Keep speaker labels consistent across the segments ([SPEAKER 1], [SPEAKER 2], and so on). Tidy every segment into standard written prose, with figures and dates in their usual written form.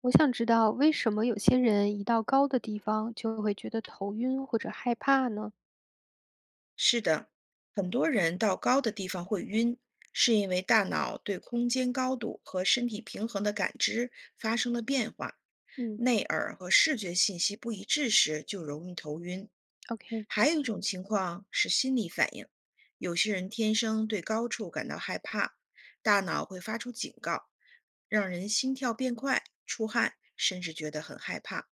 [SPEAKER 1] 我想知道为什么有些人一到高的地方就会觉得头晕或者害怕呢？
[SPEAKER 2] 是的，很多人到高的地方会晕，是因为大脑对空间高度和身体平衡的感知发生了变化，
[SPEAKER 1] 嗯
[SPEAKER 2] 内耳和视觉信息不一致时就容易头晕。
[SPEAKER 1] ，OK，OK。
[SPEAKER 2] 还有一种情况是心理反应，有些人天生对高处感到害怕，大脑会发出警告，让人心跳变快、出汗，甚至觉得很害怕。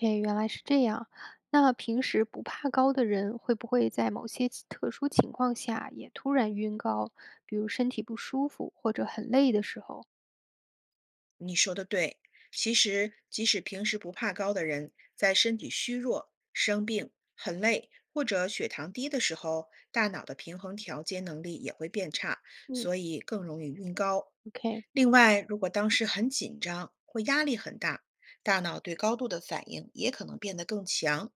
[SPEAKER 1] 原来是这样。那平时不怕高的人，会不会在某些其特殊情况下也突然晕高？比如身体不舒服或者很累的时候？
[SPEAKER 2] 你说的对，其实即使平时不怕高的人，在身体虚弱、生病、很累或者血糖低的时候，大脑的平衡调节能力也会变差，
[SPEAKER 1] 嗯
[SPEAKER 2] 所以更容易晕高。
[SPEAKER 1] ，OK，
[SPEAKER 2] 另外，如果当时很紧张或压力很大，大脑对高度的反应也可能变得更强。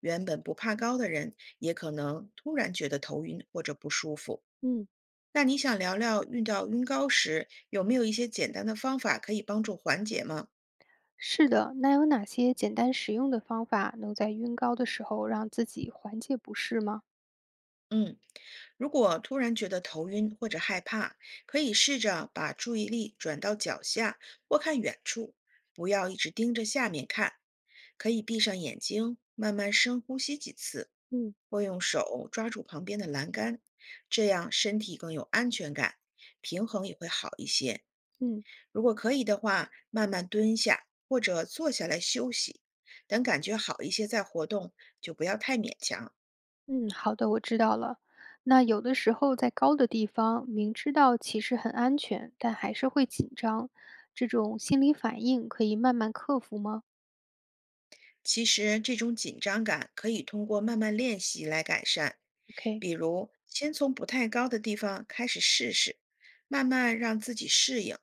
[SPEAKER 2] 原本不怕高的人，也可能突然觉得头晕或者不舒服。
[SPEAKER 1] 嗯，
[SPEAKER 2] 那你想聊聊遇到晕高时，有没有一些简单的方法可以帮助缓解吗？
[SPEAKER 1] 是的。那有哪些简单实用的方法能在晕高的时候让自己缓解不适吗？
[SPEAKER 2] 嗯，如果突然觉得头晕或者害怕，可以试着把注意力转到脚下或看远处，不要一直盯着下面看。可以闭上眼睛，慢慢深呼吸几次，
[SPEAKER 1] 嗯
[SPEAKER 2] 或用手抓住旁边的栏杆，这样身体更有安全感，平衡也会好一些。
[SPEAKER 1] 嗯。
[SPEAKER 2] 如果可以的话，慢慢蹲下或者坐下来休息，等感觉好一些再活动，就不要太勉强。
[SPEAKER 1] 嗯，好的，我知道了。那有的时候在高的地方，明知道其实很安全，但还是会紧张，这种心理反应可以慢慢克服吗
[SPEAKER 2] 其实，这种紧张感可以通过慢慢练习来改善，
[SPEAKER 1] ？OK，
[SPEAKER 2] 比如先从不太高的地方开始试试，慢慢让自己适应。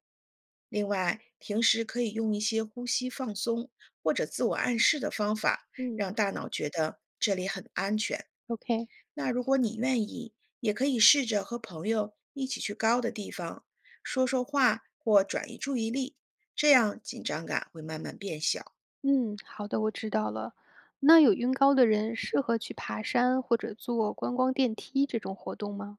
[SPEAKER 2] 另外，平时可以用一些呼吸放松或者自我暗示的方法，
[SPEAKER 1] 嗯
[SPEAKER 2] 让大脑觉得这里很安全。
[SPEAKER 1] ，OK，
[SPEAKER 2] 那如果你愿意，也可以试着和朋友一起去高的地方说说话或转移注意力，这样紧张感会慢慢变小。
[SPEAKER 1] 嗯，好的，我知道了。那有晕高的人适合去爬山或者坐观光电梯这种活动吗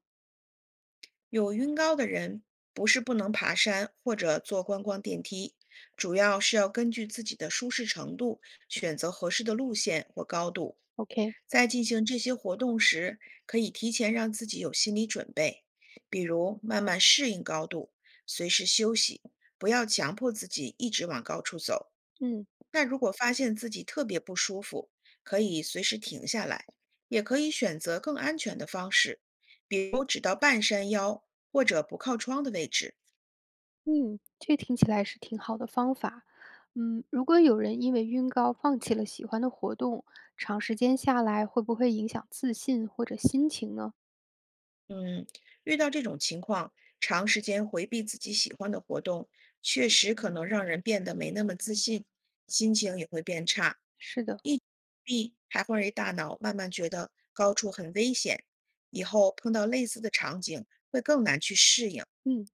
[SPEAKER 2] 有晕高的人不是不能爬山或者坐观光电梯，主要是要根据自己的舒适程度选择合适的路线或高度。
[SPEAKER 1] ？OK，
[SPEAKER 2] 在进行这些活动时，可以提前让自己有心理准备，比如慢慢适应高度，随时休息，不要强迫自己一直往高处走。
[SPEAKER 1] 嗯。
[SPEAKER 2] 那如果发现自己特别不舒服，可以随时停下来，也可以选择更安全的方式，比如只到半山腰或者不靠窗的位置。
[SPEAKER 1] 嗯，这听起来是挺好的方法。嗯，如果有人因为晕高放弃了喜欢的活动，长时间下来会不会影响自信或者心情呢？
[SPEAKER 2] 嗯，遇到这种情况，长时间回避自己喜欢的活动，确实可能让人变得没那么自信，心情也会变差。
[SPEAKER 1] 是的，
[SPEAKER 2] 一避还会让大脑慢慢觉得高处很危险，以后碰到类似的场景会更难去适应。
[SPEAKER 1] 嗯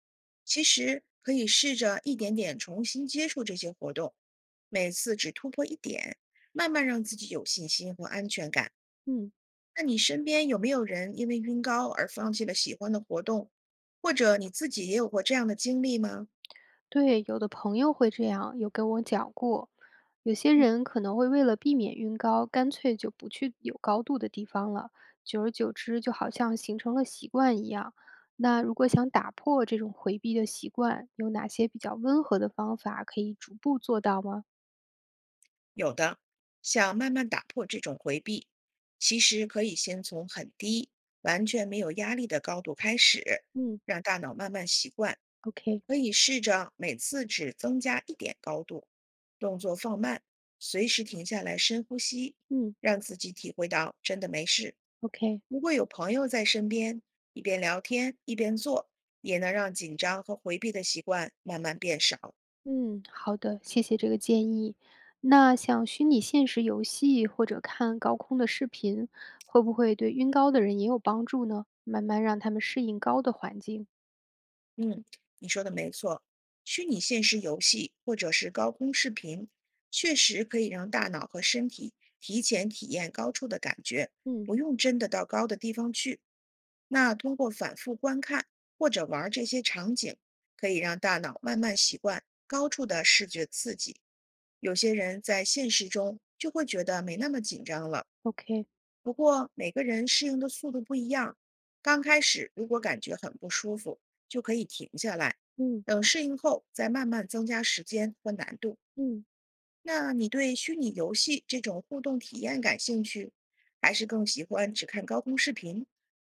[SPEAKER 2] 其实可以试着一点点重新接触这些活动，每次只突破一点，慢慢让自己有信心和安全感。
[SPEAKER 1] 嗯，
[SPEAKER 2] 那你身边有没有人因为晕高而放弃了喜欢的活动，或者你自己也有过这样的经历吗？
[SPEAKER 1] 对，有的朋友会这样，有跟我讲过。有些人可能会为了避免晕高，干脆就不去有高度的地方了，久而久之就好像形成了习惯一样。那如果想打破这种回避的习惯，有哪些比较温和的方法可以逐步做到吗？
[SPEAKER 2] 有的，想慢慢打破这种回避，其实可以先从很低、完全没有压力的高度开始，
[SPEAKER 1] 嗯
[SPEAKER 2] 让大脑慢慢习惯。
[SPEAKER 1] ，OK，
[SPEAKER 2] 可以试着每次只增加一点高度，动作放慢，随时停下来深呼吸，
[SPEAKER 1] 嗯
[SPEAKER 2] 让自己体会到真的没事。
[SPEAKER 1] ，OK，
[SPEAKER 2] 如果有朋友在身边，一边聊天一边做，也能让紧张和回避的习惯慢慢变少。
[SPEAKER 1] 嗯，好的，谢谢这个建议。那像虚拟现实游戏或者看高空的视频，会不会对晕高的人也有帮助呢？慢慢让他们适应高的环境。
[SPEAKER 2] 嗯，你说的没错，虚拟现实游戏或者是高空视频，确实可以让大脑和身体提前体验高处的感觉，
[SPEAKER 1] 嗯
[SPEAKER 2] 不用真的到高的地方去。那通过反复观看或者玩儿这些场景，可以让大脑慢慢习惯高处的视觉刺激。有些人在现实中就会觉得没那么紧张了。
[SPEAKER 1] ，OK，
[SPEAKER 2] 不过每个人适应的速度不一样，刚开始如果感觉很不舒服，就可以停下来，
[SPEAKER 1] 嗯
[SPEAKER 2] 等适应后再慢慢增加时间和难度。
[SPEAKER 1] 嗯。
[SPEAKER 2] 那你对虚拟游戏这种互动体验感兴趣，还是更喜欢只看高空视频？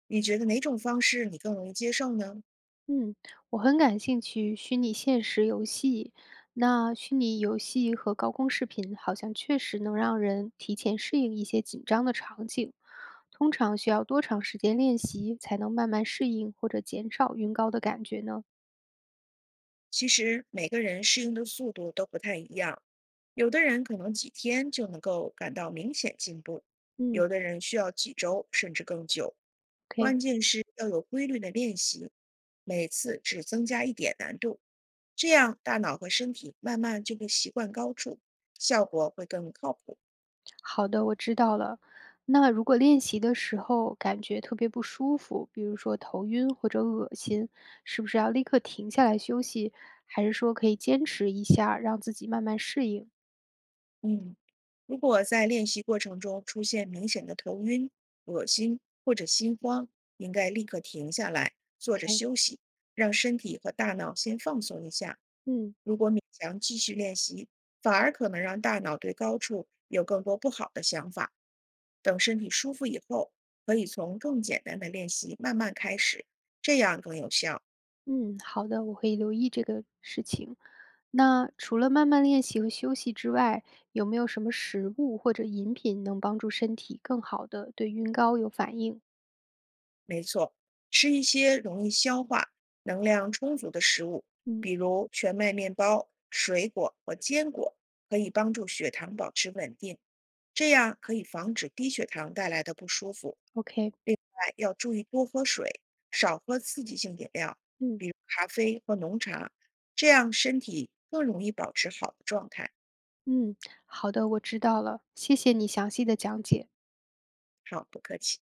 [SPEAKER 2] 你觉得哪种方式你更容易接受呢？
[SPEAKER 1] 嗯，我很感兴趣虚拟现实游戏。那虚拟游戏和高空视频好像确实能让人提前适应一些紧张的场景，通常需要多长时间练习才能慢慢适应或者减少晕高的感觉呢？
[SPEAKER 2] 其实每个人适应的速度都不太一样，有的人可能几天就能够感到明显进步，
[SPEAKER 1] 嗯
[SPEAKER 2] 有的人需要几周甚至更久。
[SPEAKER 1] ，OK，
[SPEAKER 2] 关键是要有规律的练习，每次只增加一点难度，这样大脑和身体慢慢就会习惯高处，效果会更靠谱。
[SPEAKER 1] 好的，我知道了。那如果练习的时候感觉特别不舒服，比如说头晕或者恶心，是不是要立刻停下来休息，还是说可以坚持一下，让自己慢慢适应
[SPEAKER 2] 嗯。如果在练习过程中出现明显的头晕、恶心或者心慌，应该立刻停下来，坐着
[SPEAKER 1] ？OK，
[SPEAKER 2] 休息，让身体和大脑先放松一下。
[SPEAKER 1] 嗯
[SPEAKER 2] 如果勉强继续练习，反而可能让大脑对高处有更多不好的想法。等身体舒服以后，可以从更简单的练习慢慢开始，这样更有效。
[SPEAKER 1] 嗯，好的，我会留意这个事情。那除了慢慢练习和休息之外，有没有什么食物或者饮品能帮助身体更好的对晕高有反应？
[SPEAKER 2] 没错，吃一些容易消化、能量充足的食物，
[SPEAKER 1] 嗯
[SPEAKER 2] 比如全麦面包、水果和坚果，可以帮助血糖保持稳定，这样可以防止低血糖带来的不舒服。
[SPEAKER 1] ，OK，
[SPEAKER 2] 另外，要注意多喝水，少喝刺激性饮料，
[SPEAKER 1] 嗯
[SPEAKER 2] 比如咖啡和浓茶，这样身体更容易保持好的状态。
[SPEAKER 1] 嗯，好的，我知道了，谢谢你详细的讲解。
[SPEAKER 2] 好，不客气。